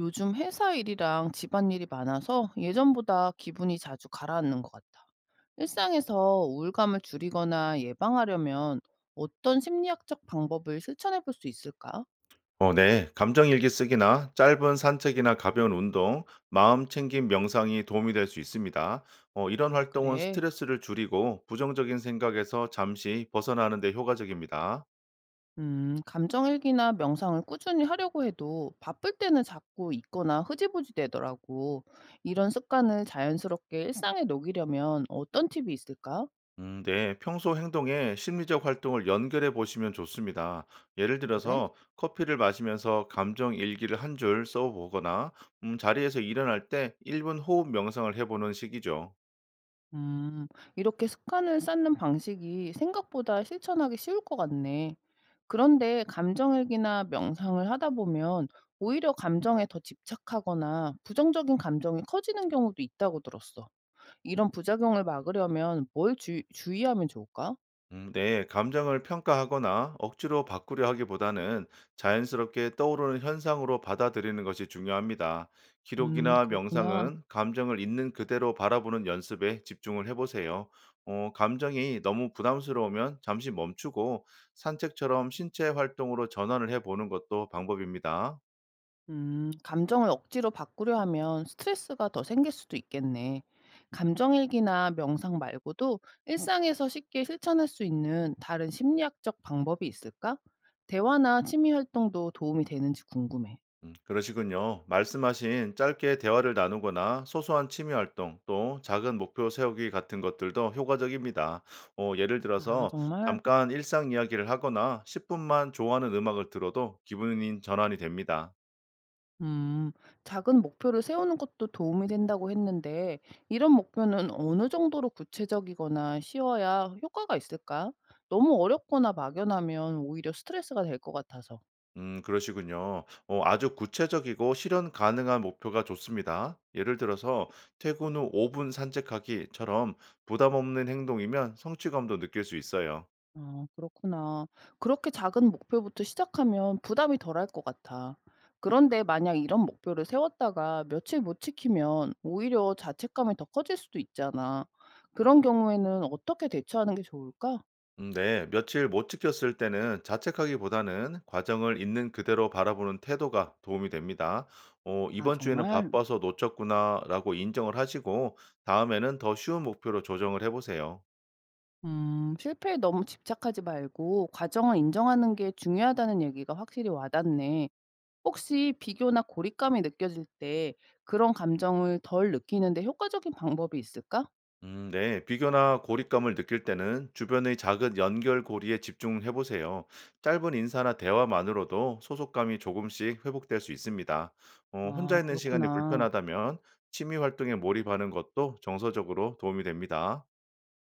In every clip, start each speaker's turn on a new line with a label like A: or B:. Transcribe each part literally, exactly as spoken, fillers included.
A: 요즘 회사 일이랑 집안일이 많아서 예전보다 기분이 자주 가라앉는 것 같아. 일상에서 우울감을 줄이거나 예방하려면 어떤 심리학적 방법을 실천해 볼 수 있을까?
B: 어, 네. 감정일기 쓰기나 짧은 산책이나 가벼운 운동, 마음 챙김 명상이 도움이 될 수 있습니다. 어, 이런
A: 아,
B: 활동은
A: 그래.
B: 스트레스를 줄이고 부정적인 생각에서 잠시 벗어나는 데 효과적입니다.
A: 음, 감정일기나 명상을 꾸준히 하려고 해도 바쁠 때는 자꾸 잊거나 흐지부지 되더라고. 이런 습관을 자연스럽게 일상에 녹이려면 어떤 팁이 있을까?
B: 음, 네. 평소 행동에 심리적 활동을 연결해 보시면 좋습니다. 예를
A: 그래?
B: 들어서 커피를 마시면서 감정 일기를 한 줄 써보거나 음, 자리에서 일어날 때 일 분 호흡 명상을 해보는 식이죠.
A: 음, 이렇게 습관을 쌓는 방식이 생각보다 실천하기 쉬울 것 같네. 그런데 감정일기나 명상을 하다 보면 오히려 감정에 더 집착하거나 부정적인 감정이 커지는 경우도 있다고 들었어. 이런 부작용을 막으려면 뭘 주, 주의하면 좋을까?
B: 음, 네, 감정을 평가하거나 억지로 바꾸려 하기보다는 자연스럽게 떠오르는 현상으로 받아들이는 것이 중요합니다.
A: 음,
B: 기록이나
A: 그렇구나.
B: 명상은 감정을 있는 그대로 바라보는 연습에 집중을 해보세요. 어, 감정이 너무 부담스러우면 잠시 멈추고 산책처럼 신체 활동으로 전환을 해보는 것도 방법입니다.
A: 음, 감정을 억지로 바꾸려 하면 스트레스가 더 생길 수도 있겠네. 감정일기나 명상 말고도 일상에서 쉽게 실천할 수 있는 다른 심리학적 방법이 있을까? 대화나 취미 활동도 도움이 되는지 궁금해.
B: 음, 그러시군요. 말씀하신 짧게 대화를 나누거나 소소한 취미 활동, 또 작은 목표 세우기 같은 것들도 효과적입니다. 어, 예를
A: 아,
B: 들어서
A: 정말?
B: 잠깐 일상 이야기를 하거나 십 분만 좋아하는 음악을 들어도 기분이 전환이 됩니다.
A: 음, 작은 목표를 세우는 것도 도움이 된다고 했는데, 이런 목표는 어느 정도로 구체적이거나 쉬워야 효과가 있을까? 너무 어렵거나 막연하면 오히려 스트레스가 될 것 같아서.
B: 음, 그러시군요. 어, 아주 구체적이고 실현 가능한 목표가 좋습니다. 예를 들어서 퇴근 후 오 분 산책하기처럼 부담 없는 행동이면 성취감도 느낄 수 있어요.
A: 아, 그렇구나. 그렇게 작은 목표부터 시작하면 부담이 덜할 것 같아. 그런데 만약 이런 목표를 세웠다가 며칠 못 지키면 오히려 자책감이 더 커질 수도 있잖아. 그런 경우에는 어떻게 대처하는 게 좋을까?
B: 음, 네, 며칠 못 지켰을 때는 자책하기보다는 과정을 있는 그대로 바라보는 태도가 도움이 됩니다. 어,
A: 아,
B: 이번 주에는
A: 정말?
B: 바빠서 놓쳤구나라고 인정을 하시고 다음에는 더 쉬운 목표로 조정을 해보세요.
A: 음, 실패에 너무 집착하지 말고 과정을 인정하는 게 중요하다는 얘기가 확실히 와닿네. 혹시 비교나 고립감이 느껴질 때 그런 감정을 덜 느끼는데 효과적인 방법이 있을까?
B: 음, 네, 비교나 고립감을 느낄 때는 주변의 작은 연결고리에 집중해보세요. 짧은 인사나 대화만으로도 소속감이 조금씩 회복될 수 있습니다. 어, 혼자
A: 아,
B: 있는 시간이
A: 그렇구나.
B: 불편하다면 취미 활동에 몰입하는 것도 정서적으로 도움이 됩니다.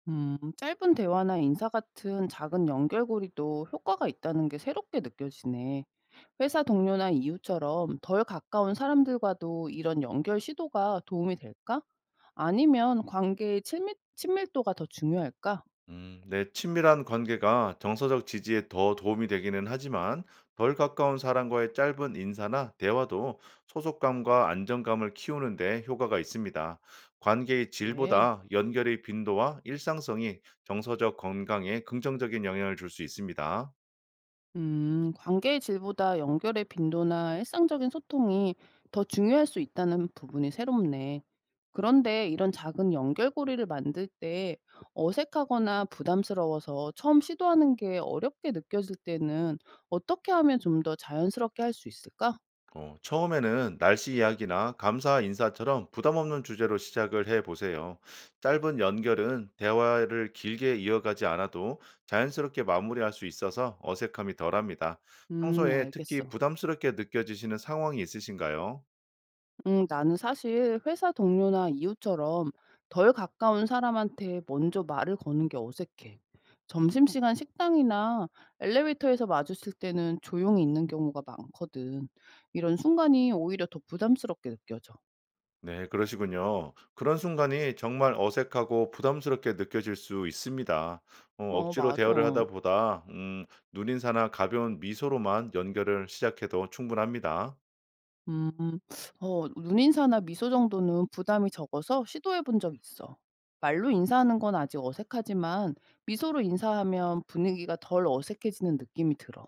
A: 음, 짧은 대화나 인사 같은 작은 연결고리도 효과가 있다는 게 새롭게 느껴지네. 회사 동료나 이웃처럼 덜 가까운 사람들과도 이런 연결 시도가 도움이 될까? 아니면 관계의 친밀, 친밀도가 더 중요할까?
B: 음, 네, 친밀한 관계가 정서적 지지에 더 도움이 되기는 하지만 덜 가까운 사람과의 짧은 인사나 대화도 소속감과 안정감을 키우는데 효과가 있습니다. 관계의
A: 그래.
B: 질보다 연결의 빈도와 일상성이 정서적 건강에 긍정적인 영향을 줄 수 있습니다.
A: 음, 관계의 질보다 연결의 빈도나 일상적인 소통이 더 중요할 수 있다는 부분이 새롭네. 그런데 이런 작은 연결고리를 만들 때 어색하거나 부담스러워서 처음 시도하는 게 어렵게 느껴질 때는 어떻게 하면 좀 더 자연스럽게 할 수 있을까?
B: 어, 처음에는 날씨 이야기나 감사 인사처럼 부담 없는 주제로 시작을 해 보세요. 짧은 연결은 대화를 길게 이어가지 않아도 자연스럽게 마무리할 수 있어서 어색함이 덜합니다.
A: 음,
B: 평소에 특히
A: 알겠어.
B: 부담스럽게 느껴지시는 상황이 있으신가요?
A: 음, 나는 사실 회사 동료나 이웃처럼 덜 가까운 사람한테 먼저 말을 거는 게 어색해. 점심시간 식당이나 엘리베이터에서 마주칠 때는 조용히 있는 경우가 많거든. 이런 순간이 오히려 더 부담스럽게 느껴져.
B: 네, 그러시군요. 그런 순간이 정말 어색하고 부담스럽게 느껴질 수 있습니다. 어,
A: 어,
B: 억지로
A: 맞아.
B: 대화를 하다 보다 음, 눈인사나 가벼운 미소로만 연결을 시작해도 충분합니다.
A: 음. 어 눈인사나 미소 정도는 부담이 적어서 시도해 본 적 있어. 말로 인사하는 건 아직 어색하지만 미소로 인사하면 분위기가 덜 어색해지는 느낌이 들어.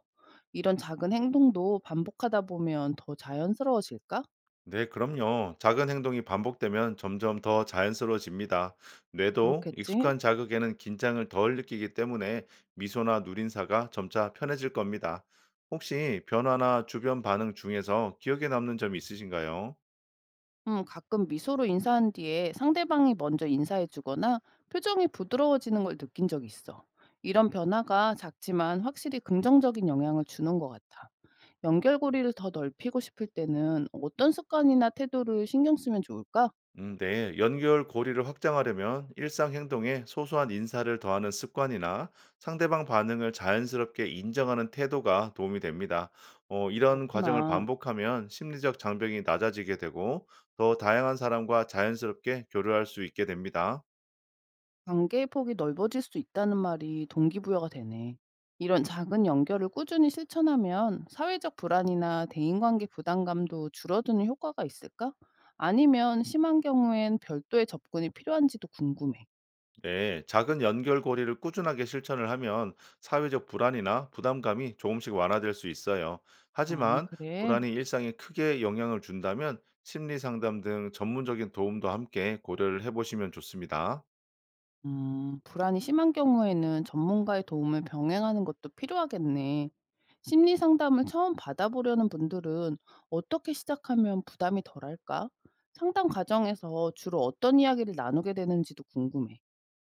A: 이런 작은 행동도 반복하다 보면 더 자연스러워질까?
B: 네, 그럼요. 작은 행동이 반복되면 점점 더 자연스러워집니다. 뇌도
A: 그렇겠지?
B: 익숙한 자극에는 긴장을 덜 느끼기 때문에 미소나 누린사가 점차 편해질 겁니다. 혹시 변화나 주변 반응 중에서 기억에 남는 점이 있으신가요?
A: 음, 가끔 미소로 인사한 뒤에 상대방이 먼저 인사해 주거나 표정이 부드러워지는 걸 느낀 적 있어. 이런 변화가 작지만 확실히 긍정적인 영향을 주는 것 같아. 연결고리를 더 넓히고 싶을 때는 어떤 습관이나 태도를 신경 쓰면 좋을까?
B: 음, 네. 연결 고리를 확장하려면 일상 행동에 소소한 인사를 더하는 습관이나 상대방 반응을 자연스럽게 인정하는 태도가 도움이 됩니다. 어, 이런 과정을
A: 그렇구나.
B: 반복하면 심리적 장벽이 낮아지게 되고 더 다양한 사람과 자연스럽게 교류할 수 있게 됩니다.
A: 관계의 폭이 넓어질 수 있다는 말이 동기부여가 되네. 이런 작은 연결을 꾸준히 실천하면 사회적 불안이나 대인관계 부담감도 줄어드는 효과가 있을까? 아니면 심한 경우엔 별도의 접근이 필요한지도 궁금해.
B: 네, 작은 연결고리를 꾸준하게 실천을 하면 사회적 불안이나 부담감이 조금씩 완화될 수 있어요.
A: 아,
B: 하지만
A: 그래.
B: 불안이 일상에 크게 영향을 준다면 심리 상담 등 전문적인 도움도 함께 고려를 해보시면 좋습니다.
A: 음, 불안이 심한 경우에는 전문가의 도움을 병행하는 것도 필요하겠네. 심리 상담을 처음 받아보려는 분들은 어떻게 시작하면 부담이 덜할까? 상담 과정에서 주로 어떤 이야기를 나누게 되는지도 궁금해.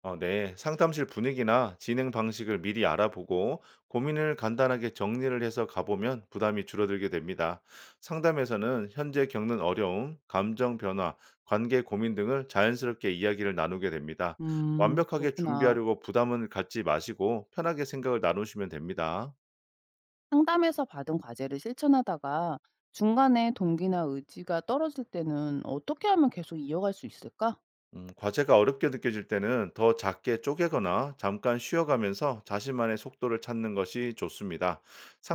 B: 어, 네. 상담실 분위기나 진행 방식을 미리 알아보고 고민을 간단하게 정리를 해서 가보면 부담이 줄어들게 됩니다. 상담에서는 현재 겪는 어려움, 감정 변화, 관계 고민 등을 자연스럽게 이야기를 나누게 됩니다.
A: 음,
B: 완벽하게
A: 그렇구나.
B: 준비하려고 부담을 갖지 마시고 편하게 생각을 나누시면 됩니다.
A: 상담에서 받은 과제를 실천하다가 중간에 동기나 의지가 떨어질 때는 어떻게 하면 계속 이어갈 수 있을까?
B: 음, 과제가 어렵게 느껴질 때는 더 작게 쪼개거나 잠깐 쉬어가면서 자신만의 속도를 찾는 것이 좋습니다.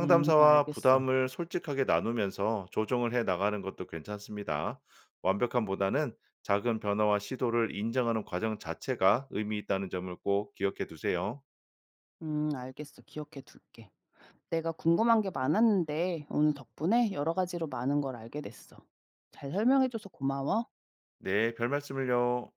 A: 음, 알겠어.
B: 부담을 솔직하게 나누면서 조정을 해 나가는 것도 괜찮습니다. 완벽함보다는 작은 변화와 시도를 인정하는 과정 자체가 의미 있다는 점을 꼭 기억해 두세요.
A: 음, 알겠어. 기억해 둘게. 내가 궁금한 게 많았는데 오늘 덕분에 여러 가지로 많은 걸 알게 됐어. 잘 설명해줘서 고마워.
B: 네, 별 말씀을요.